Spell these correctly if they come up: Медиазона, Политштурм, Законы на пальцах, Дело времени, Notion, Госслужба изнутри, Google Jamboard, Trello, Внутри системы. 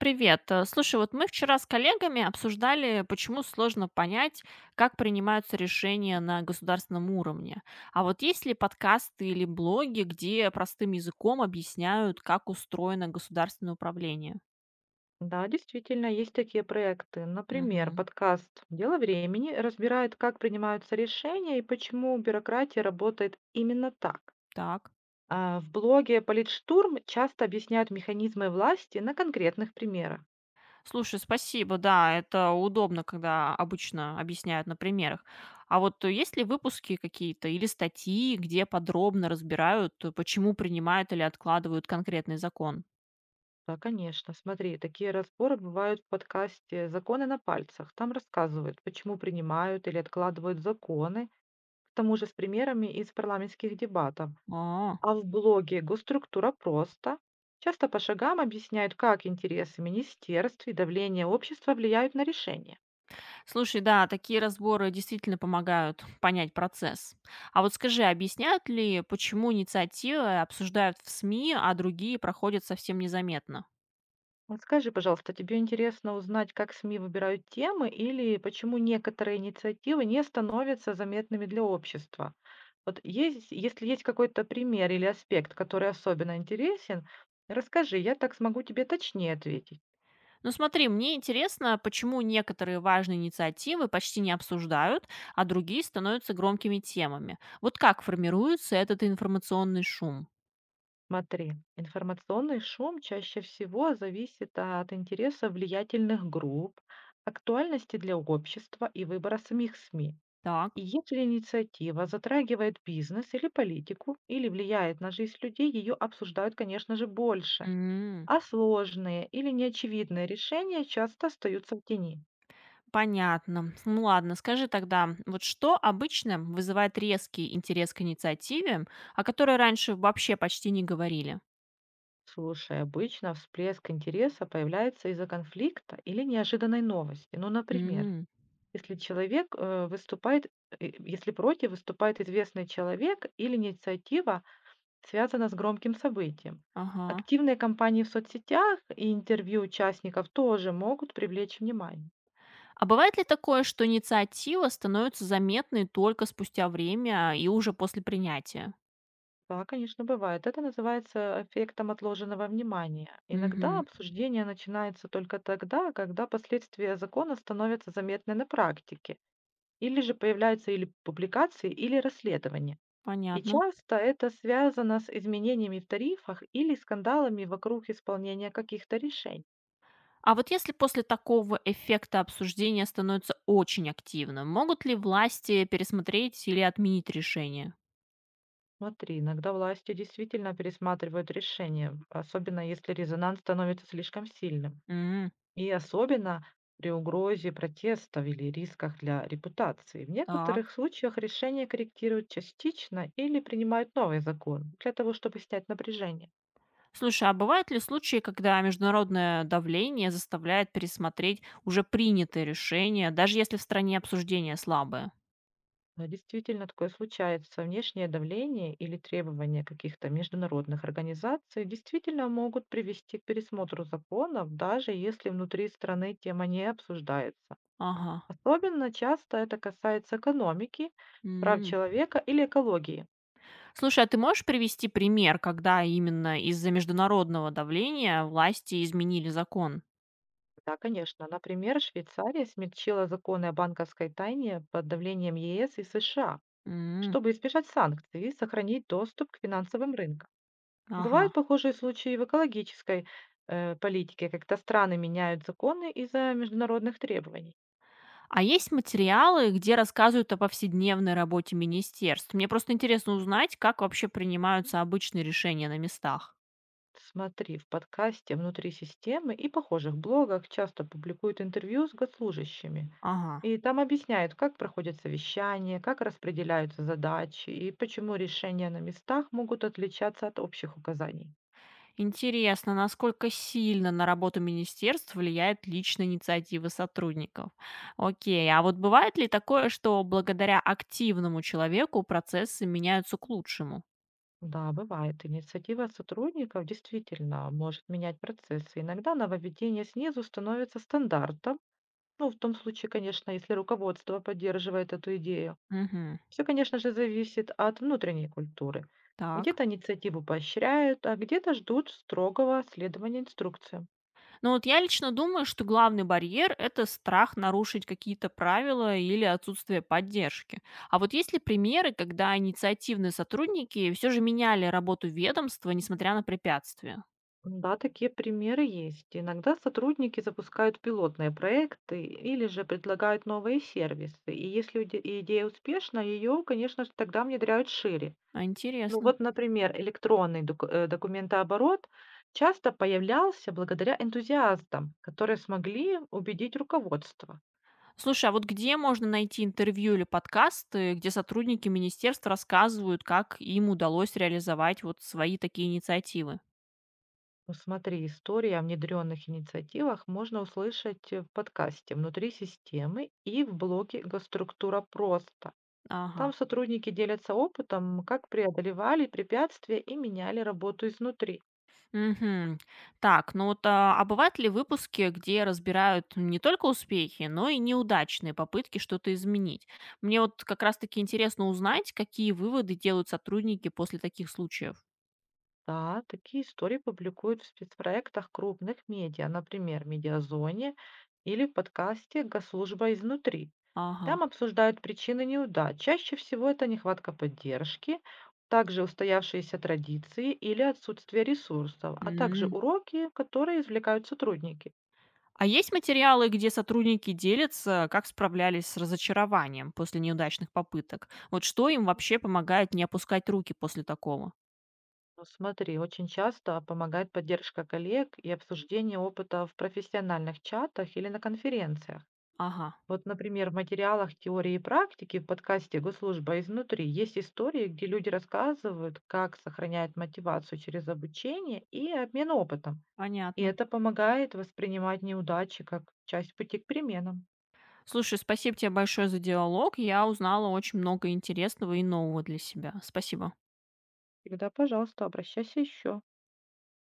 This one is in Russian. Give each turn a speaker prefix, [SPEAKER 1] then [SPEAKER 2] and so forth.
[SPEAKER 1] Привет. Слушай, вот мы вчера с коллегами обсуждали, почему сложно понять, как принимаются решения на государственном уровне. А вот есть ли подкасты или блоги, где простым языком объясняют, как устроено государственное управление?
[SPEAKER 2] Да, действительно, есть такие проекты. Например,
[SPEAKER 1] Мгм.
[SPEAKER 2] подкаст «Дело времени» разбирает, как принимаются решения и почему бюрократия работает именно так.
[SPEAKER 1] Так.
[SPEAKER 2] А в блоге «Политштурм» часто объясняют механизмы власти на конкретных примерах.
[SPEAKER 1] Слушай, спасибо, да, это удобно, когда обычно объясняют на примерах. А вот есть ли выпуски какие-то или статьи, где подробно разбирают, почему принимают или откладывают конкретный закон?
[SPEAKER 2] Да, конечно, смотри, такие разборы бывают в подкасте «Законы на пальцах». Там рассказывают, почему принимают или откладывают законы, к тому же с примерами из парламентских дебатов.
[SPEAKER 1] А.
[SPEAKER 2] А в блоге «Госструктура просто» часто по шагам объясняют, как интересы министерств и давление общества влияют на решения.
[SPEAKER 1] Слушай, да, такие разборы действительно помогают понять процесс. А вот скажи, объясняют ли, почему инициативы обсуждают в СМИ, а другие проходят совсем незаметно?
[SPEAKER 2] Вот скажи, пожалуйста, тебе интересно узнать, как СМИ выбирают темы или почему некоторые инициативы не становятся заметными для общества? Вот есть, если есть какой-то пример или аспект, который особенно интересен, расскажи, я так смогу тебе точнее ответить.
[SPEAKER 1] Ну смотри, мне интересно, почему некоторые важные инициативы почти не обсуждают, а другие становятся громкими темами. Вот как формируется этот информационный шум?
[SPEAKER 2] Смотри, информационный шум чаще всего зависит от интереса влиятельных групп, актуальности для общества и выбора самих СМИ. И
[SPEAKER 1] Так.
[SPEAKER 2] если инициатива затрагивает бизнес или политику, или влияет на жизнь людей, ее обсуждают, конечно же, больше.
[SPEAKER 1] М.
[SPEAKER 2] А сложные или неочевидные решения часто остаются в тени.
[SPEAKER 1] Понятно. Ну ладно, скажи тогда, вот что обычно вызывает резкий интерес к инициативе, о которой раньше вообще почти не говорили?
[SPEAKER 2] Слушай, обычно всплеск интереса появляется из-за конфликта или неожиданной новости. Ну, например,
[SPEAKER 1] М.
[SPEAKER 2] Если человек, э, выступает, э, если против выступает известный человек или инициатива связана с громким событием.
[SPEAKER 1] Ага.
[SPEAKER 2] Активные кампании в соцсетях и интервью участников тоже могут привлечь внимание.
[SPEAKER 1] А бывает ли такое, что инициатива становится заметной только спустя время и уже после принятия?
[SPEAKER 2] Да, конечно, бывает. Это называется эффектом отложенного внимания. Иногда
[SPEAKER 1] Мгм.
[SPEAKER 2] обсуждение начинается только тогда, когда последствия закона становятся заметны на практике, или же появляются или публикации, или расследования. И
[SPEAKER 1] Понятно.
[SPEAKER 2] часто это связано с изменениями в тарифах или скандалами вокруг исполнения каких-то решений.
[SPEAKER 1] А вот если после такого эффекта обсуждения становится очень активным, могут ли власти пересмотреть или отменить решение?
[SPEAKER 2] Смотри, иногда власти действительно пересматривают решения, особенно если резонанс становится слишком сильным.
[SPEAKER 1] М.
[SPEAKER 2] И особенно при угрозе протестов или рисках для репутации. В
[SPEAKER 1] Так.
[SPEAKER 2] некоторых случаях решения корректируют частично или принимают новый закон для того, чтобы снять напряжение.
[SPEAKER 1] Слушай, а бывают ли случаи, когда международное давление заставляет пересмотреть уже принятые решения, даже если в стране обсуждения слабые?
[SPEAKER 2] Да, действительно, такое случается. Внешнее давление или требования каких-то международных организаций действительно могут привести к пересмотру законов, даже если внутри страны тема не обсуждается.
[SPEAKER 1] Ага.
[SPEAKER 2] Особенно часто это касается экономики, прав
[SPEAKER 1] М.
[SPEAKER 2] человека или экологии.
[SPEAKER 1] Слушай, а ты можешь привести пример, когда именно из-за международного давления власти изменили закон?
[SPEAKER 2] Да, конечно. Например, Швейцария смягчила законы о банковской тайне под давлением ЕС и США,
[SPEAKER 1] М.
[SPEAKER 2] чтобы избежать санкций и сохранить доступ к финансовым рынкам.
[SPEAKER 1] Ага.
[SPEAKER 2] Бывают похожие случаи в экологической политике, когда страны меняют законы из-за международных требований.
[SPEAKER 1] А есть материалы, где рассказывают о повседневной работе министерств? Мне просто интересно узнать, как вообще принимаются обычные решения на местах.
[SPEAKER 2] Смотри, в подкасте «Внутри системы» и похожих блогах часто публикуют интервью с госслужащими.
[SPEAKER 1] Ага.
[SPEAKER 2] И там объясняют, как проходят совещания, как распределяются задачи и почему решения на местах могут отличаться от общих указаний.
[SPEAKER 1] Интересно, насколько сильно на работу министерств влияет личная инициатива сотрудников. Окей, а вот бывает ли такое, что благодаря активному человеку процессы меняются к лучшему?
[SPEAKER 2] Да, бывает. Инициатива сотрудников действительно может менять процессы. Иногда нововведение снизу становится стандартом, ну, в том случае, конечно, если руководство поддерживает эту идею.
[SPEAKER 1] Мгм.
[SPEAKER 2] Все, конечно же, зависит от внутренней культуры.
[SPEAKER 1] Так.
[SPEAKER 2] Где-то инициативу поощряют, а где-то ждут строгого следования инструкциям.
[SPEAKER 1] Ну вот я лично думаю, что главный барьер– это страх нарушить какие-то правила или отсутствие поддержки. А вот есть ли примеры, когда инициативные сотрудники все же меняли работу ведомства, несмотря на препятствия?
[SPEAKER 2] Да, такие примеры есть. Иногда сотрудники запускают пилотные проекты или же предлагают новые сервисы. И если идея успешна, ее, конечно же, тогда внедряют шире.
[SPEAKER 1] А,
[SPEAKER 2] Ну
[SPEAKER 1] интересно.
[SPEAKER 2] вот, например, электронный документооборот часто появлялся благодаря энтузиастам, которые смогли убедить руководство.
[SPEAKER 1] Слушай, а вот где можно найти интервью или подкасты, где сотрудники министерств рассказывают, как им удалось реализовать вот свои такие инициативы?
[SPEAKER 2] Ну, смотри, истории о внедренных инициативах можно услышать в подкасте «Внутри системы» и в блоге «Госструктура просто».
[SPEAKER 1] Ага.
[SPEAKER 2] Там сотрудники делятся опытом, как преодолевали препятствия и меняли работу изнутри.
[SPEAKER 1] Мгм. Так, ну вот, а бывают ли выпуски, где разбирают не только успехи, но и неудачные попытки что-то изменить? Мне вот как раз-таки интересно узнать, какие выводы делают сотрудники после таких случаев.
[SPEAKER 2] Да, такие истории публикуют в спецпроектах крупных медиа, например, «Медиазоне» или в подкасте «Госслужба изнутри».
[SPEAKER 1] Ага.
[SPEAKER 2] Там обсуждают причины неудач. Чаще всего это нехватка поддержки, также устоявшиеся традиции или отсутствие ресурсов, а также уроки, которые извлекают сотрудники.
[SPEAKER 1] А есть материалы, где сотрудники делятся, как справлялись с разочарованием после неудачных попыток? Вот что им вообще помогает не опускать руки после такого?
[SPEAKER 2] Ну, смотри, очень часто помогает поддержка коллег и обсуждение опыта в профессиональных чатах или на конференциях.
[SPEAKER 1] Ага,
[SPEAKER 2] Вот, например, в материалах теории и практики в подкасте «Госслужба изнутри» есть истории, где люди рассказывают, как сохраняют мотивацию через обучение и обмен опытом. И
[SPEAKER 1] понятно.
[SPEAKER 2] это помогает воспринимать неудачи как часть пути к переменам.
[SPEAKER 1] Слушай, спасибо тебе большое за диалог. Я узнала очень много интересного и нового для себя. Спасибо.
[SPEAKER 2] Тогда, пожалуйста, обращайся еще.